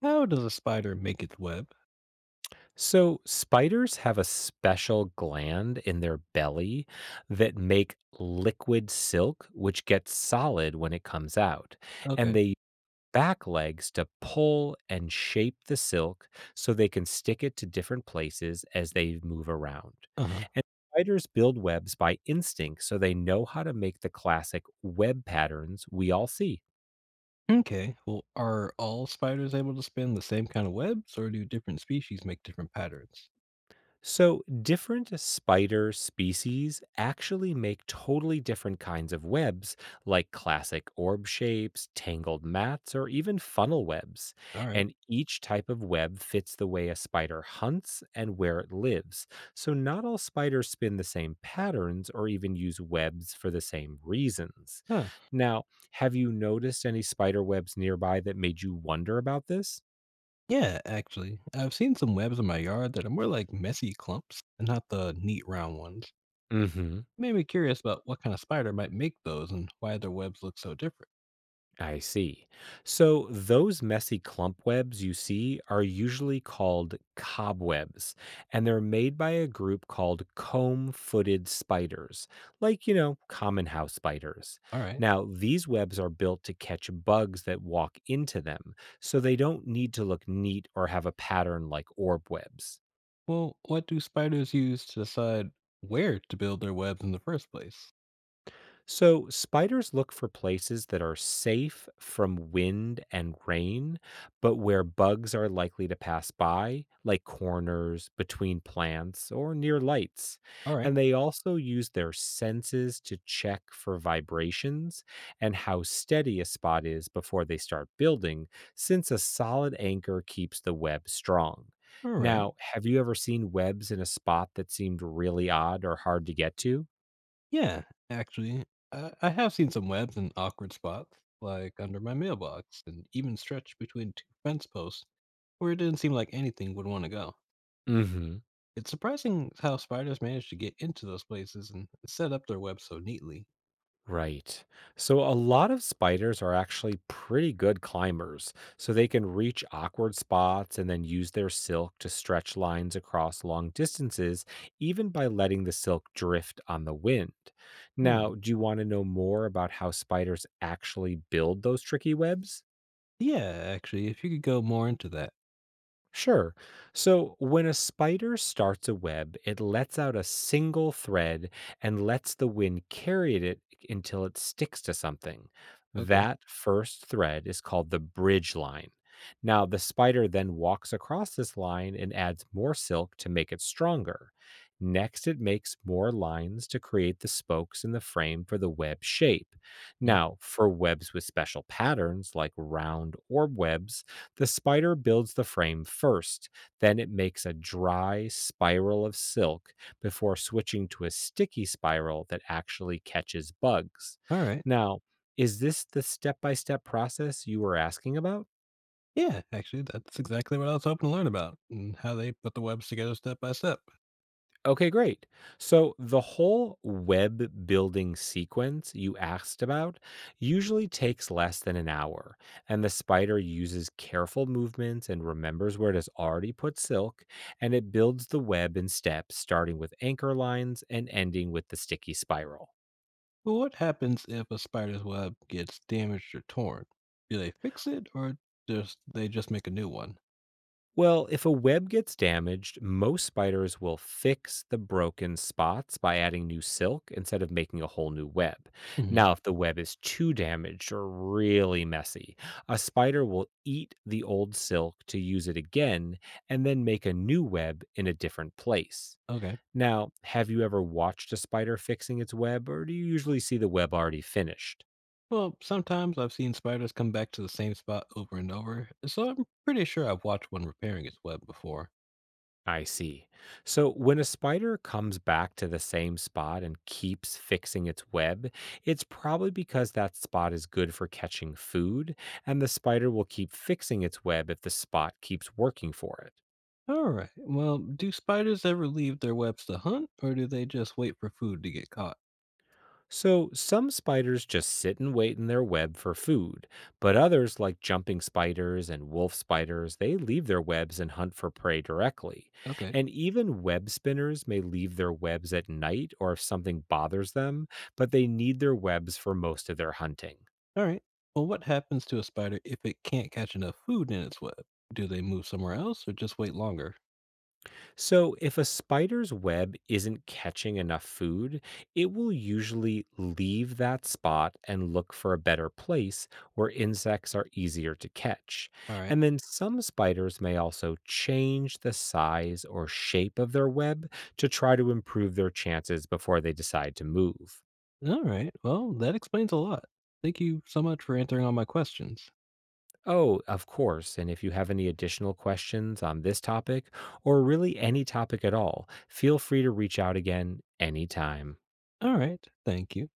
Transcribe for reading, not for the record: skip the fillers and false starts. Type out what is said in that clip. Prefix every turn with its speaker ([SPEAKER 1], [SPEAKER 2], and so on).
[SPEAKER 1] How does a spider make its web?
[SPEAKER 2] So, spiders have a special gland in their belly that make liquid silk, which gets solid when it comes out. And
[SPEAKER 1] Okay.
[SPEAKER 2] they use back legs to pull and shape the silk so they can stick it to different places as they move around.
[SPEAKER 1] Uh-huh.
[SPEAKER 2] And spiders build webs by instinct, so they know how to make the classic web patterns we all see.
[SPEAKER 1] Okay. Well, are all spiders able to spin the same kind of webs, or do different species make different patterns?
[SPEAKER 2] So, different spider species actually make totally different kinds of webs, like classic orb shapes, tangled mats, or even funnel webs.
[SPEAKER 1] All right.
[SPEAKER 2] And each type of web fits the way a spider hunts and where it lives. So, not all spiders spin the same patterns or even use webs for the same reasons.
[SPEAKER 1] Huh.
[SPEAKER 2] Now, have you noticed any spider webs nearby that made you wonder about this?
[SPEAKER 1] Yeah, actually. I've seen some webs in my yard that are more like messy clumps and not the neat round ones.
[SPEAKER 2] Mm hmm.
[SPEAKER 1] Made me curious about what kind of spider might make those and why their webs look so different.
[SPEAKER 2] I see. So, those messy clump webs you see are usually called cobwebs, and they're made by a group called comb footed spiders, like, common house spiders.
[SPEAKER 1] All right.
[SPEAKER 2] Now, these webs are built to catch bugs that walk into them, so they don't need to look neat or have a pattern like orb webs.
[SPEAKER 1] Well, what do spiders use to decide where to build their webs in the first place?
[SPEAKER 2] So, spiders look for places that are safe from wind and rain, but where bugs are likely to pass by, like corners, between plants, or near lights.
[SPEAKER 1] All right.
[SPEAKER 2] And they also use their senses to check for vibrations and how steady a spot is before they start building, since a solid anchor keeps the web strong.
[SPEAKER 1] All right.
[SPEAKER 2] Now, have you ever seen webs in a spot that seemed really odd or hard to get to?
[SPEAKER 1] Yeah, actually, I have seen some webs in awkward spots, like under my mailbox, and even stretched between two fence posts where it didn't seem like anything would want to go.
[SPEAKER 2] Mm hmm.
[SPEAKER 1] It's surprising how spiders manage to get into those places and set up their webs so neatly.
[SPEAKER 2] Right. So a lot of spiders are actually pretty good climbers, so they can reach awkward spots and then use their silk to stretch lines across long distances, even by letting the silk drift on the wind.
[SPEAKER 1] Hmm.
[SPEAKER 2] Now, do you want to know more about how spiders actually build those tricky webs?
[SPEAKER 1] Yeah, actually, if you could go more into that.
[SPEAKER 2] Sure. So when a spider starts a web, it lets out a single thread and lets the wind carry it until it sticks to something.
[SPEAKER 1] Okay.
[SPEAKER 2] That first thread is called the bridge line. Now, the spider then walks across this line and adds more silk to make it stronger. Next, it makes more lines to create the spokes in the frame for the web shape.
[SPEAKER 1] Hmm.
[SPEAKER 2] Now, for webs with special patterns like round orb webs, the spider builds the frame first, then it makes a dry spiral of silk before switching to a sticky spiral that actually catches bugs.
[SPEAKER 1] All right.
[SPEAKER 2] Now, is this the step by step process you were asking about?
[SPEAKER 1] Yeah, actually, that's exactly what I was hoping to learn about, and how they put the webs together step by step.
[SPEAKER 2] Okay, great. So the whole web building sequence you asked about usually takes less than an hour, and the spider uses careful movements and remembers where it has already put silk, and it builds the web in steps, starting with anchor lines and ending with the sticky spiral.
[SPEAKER 1] Well, what happens if a spider's web gets damaged or torn? Do they fix it, or just they just make a new one?
[SPEAKER 2] Well, if a web gets damaged, most spiders will fix the broken spots by adding new silk instead of making a whole new web.
[SPEAKER 1] Hmm.
[SPEAKER 2] Now, if the web is too damaged or really messy, a spider will eat the old silk to use it again and then make a new web in a different place.
[SPEAKER 1] Okay.
[SPEAKER 2] Now, have you ever watched a spider fixing its web, or do you usually see the web already finished?
[SPEAKER 1] Well, sometimes I've seen spiders come back to the same spot over and over, so I'm pretty sure I've watched one repairing its web before.
[SPEAKER 2] I see. So when a spider comes back to the same spot and keeps fixing its web, it's probably because that spot is good for catching food, and the spider will keep fixing its web if the spot keeps working for it.
[SPEAKER 1] All right. Well, do spiders ever leave their webs to hunt, or do they just wait for food to get caught?
[SPEAKER 2] So, some spiders just sit and wait in their web for food, but others, like jumping spiders and wolf spiders, they leave their webs and hunt for prey directly.
[SPEAKER 1] Okay.
[SPEAKER 2] And even web spinners may leave their webs at night or if something bothers them, but they need their webs for most of their hunting.
[SPEAKER 1] All right. Well, what happens to a spider if it can't catch enough food in its web? Do they move somewhere else or just wait longer?
[SPEAKER 2] So, if a spider's web isn't catching enough food, it will usually leave that spot and look for a better place where insects are easier to catch.
[SPEAKER 1] All right.
[SPEAKER 2] And then some spiders may also change the size or shape of their web to try to improve their chances before they decide to move.
[SPEAKER 1] All right. Well, that explains a lot. Thank you so much for answering all my questions.
[SPEAKER 2] Oh, of course. And if you have any additional questions on this topic or really any topic at all, feel free to reach out again anytime.
[SPEAKER 1] All right. Thank you.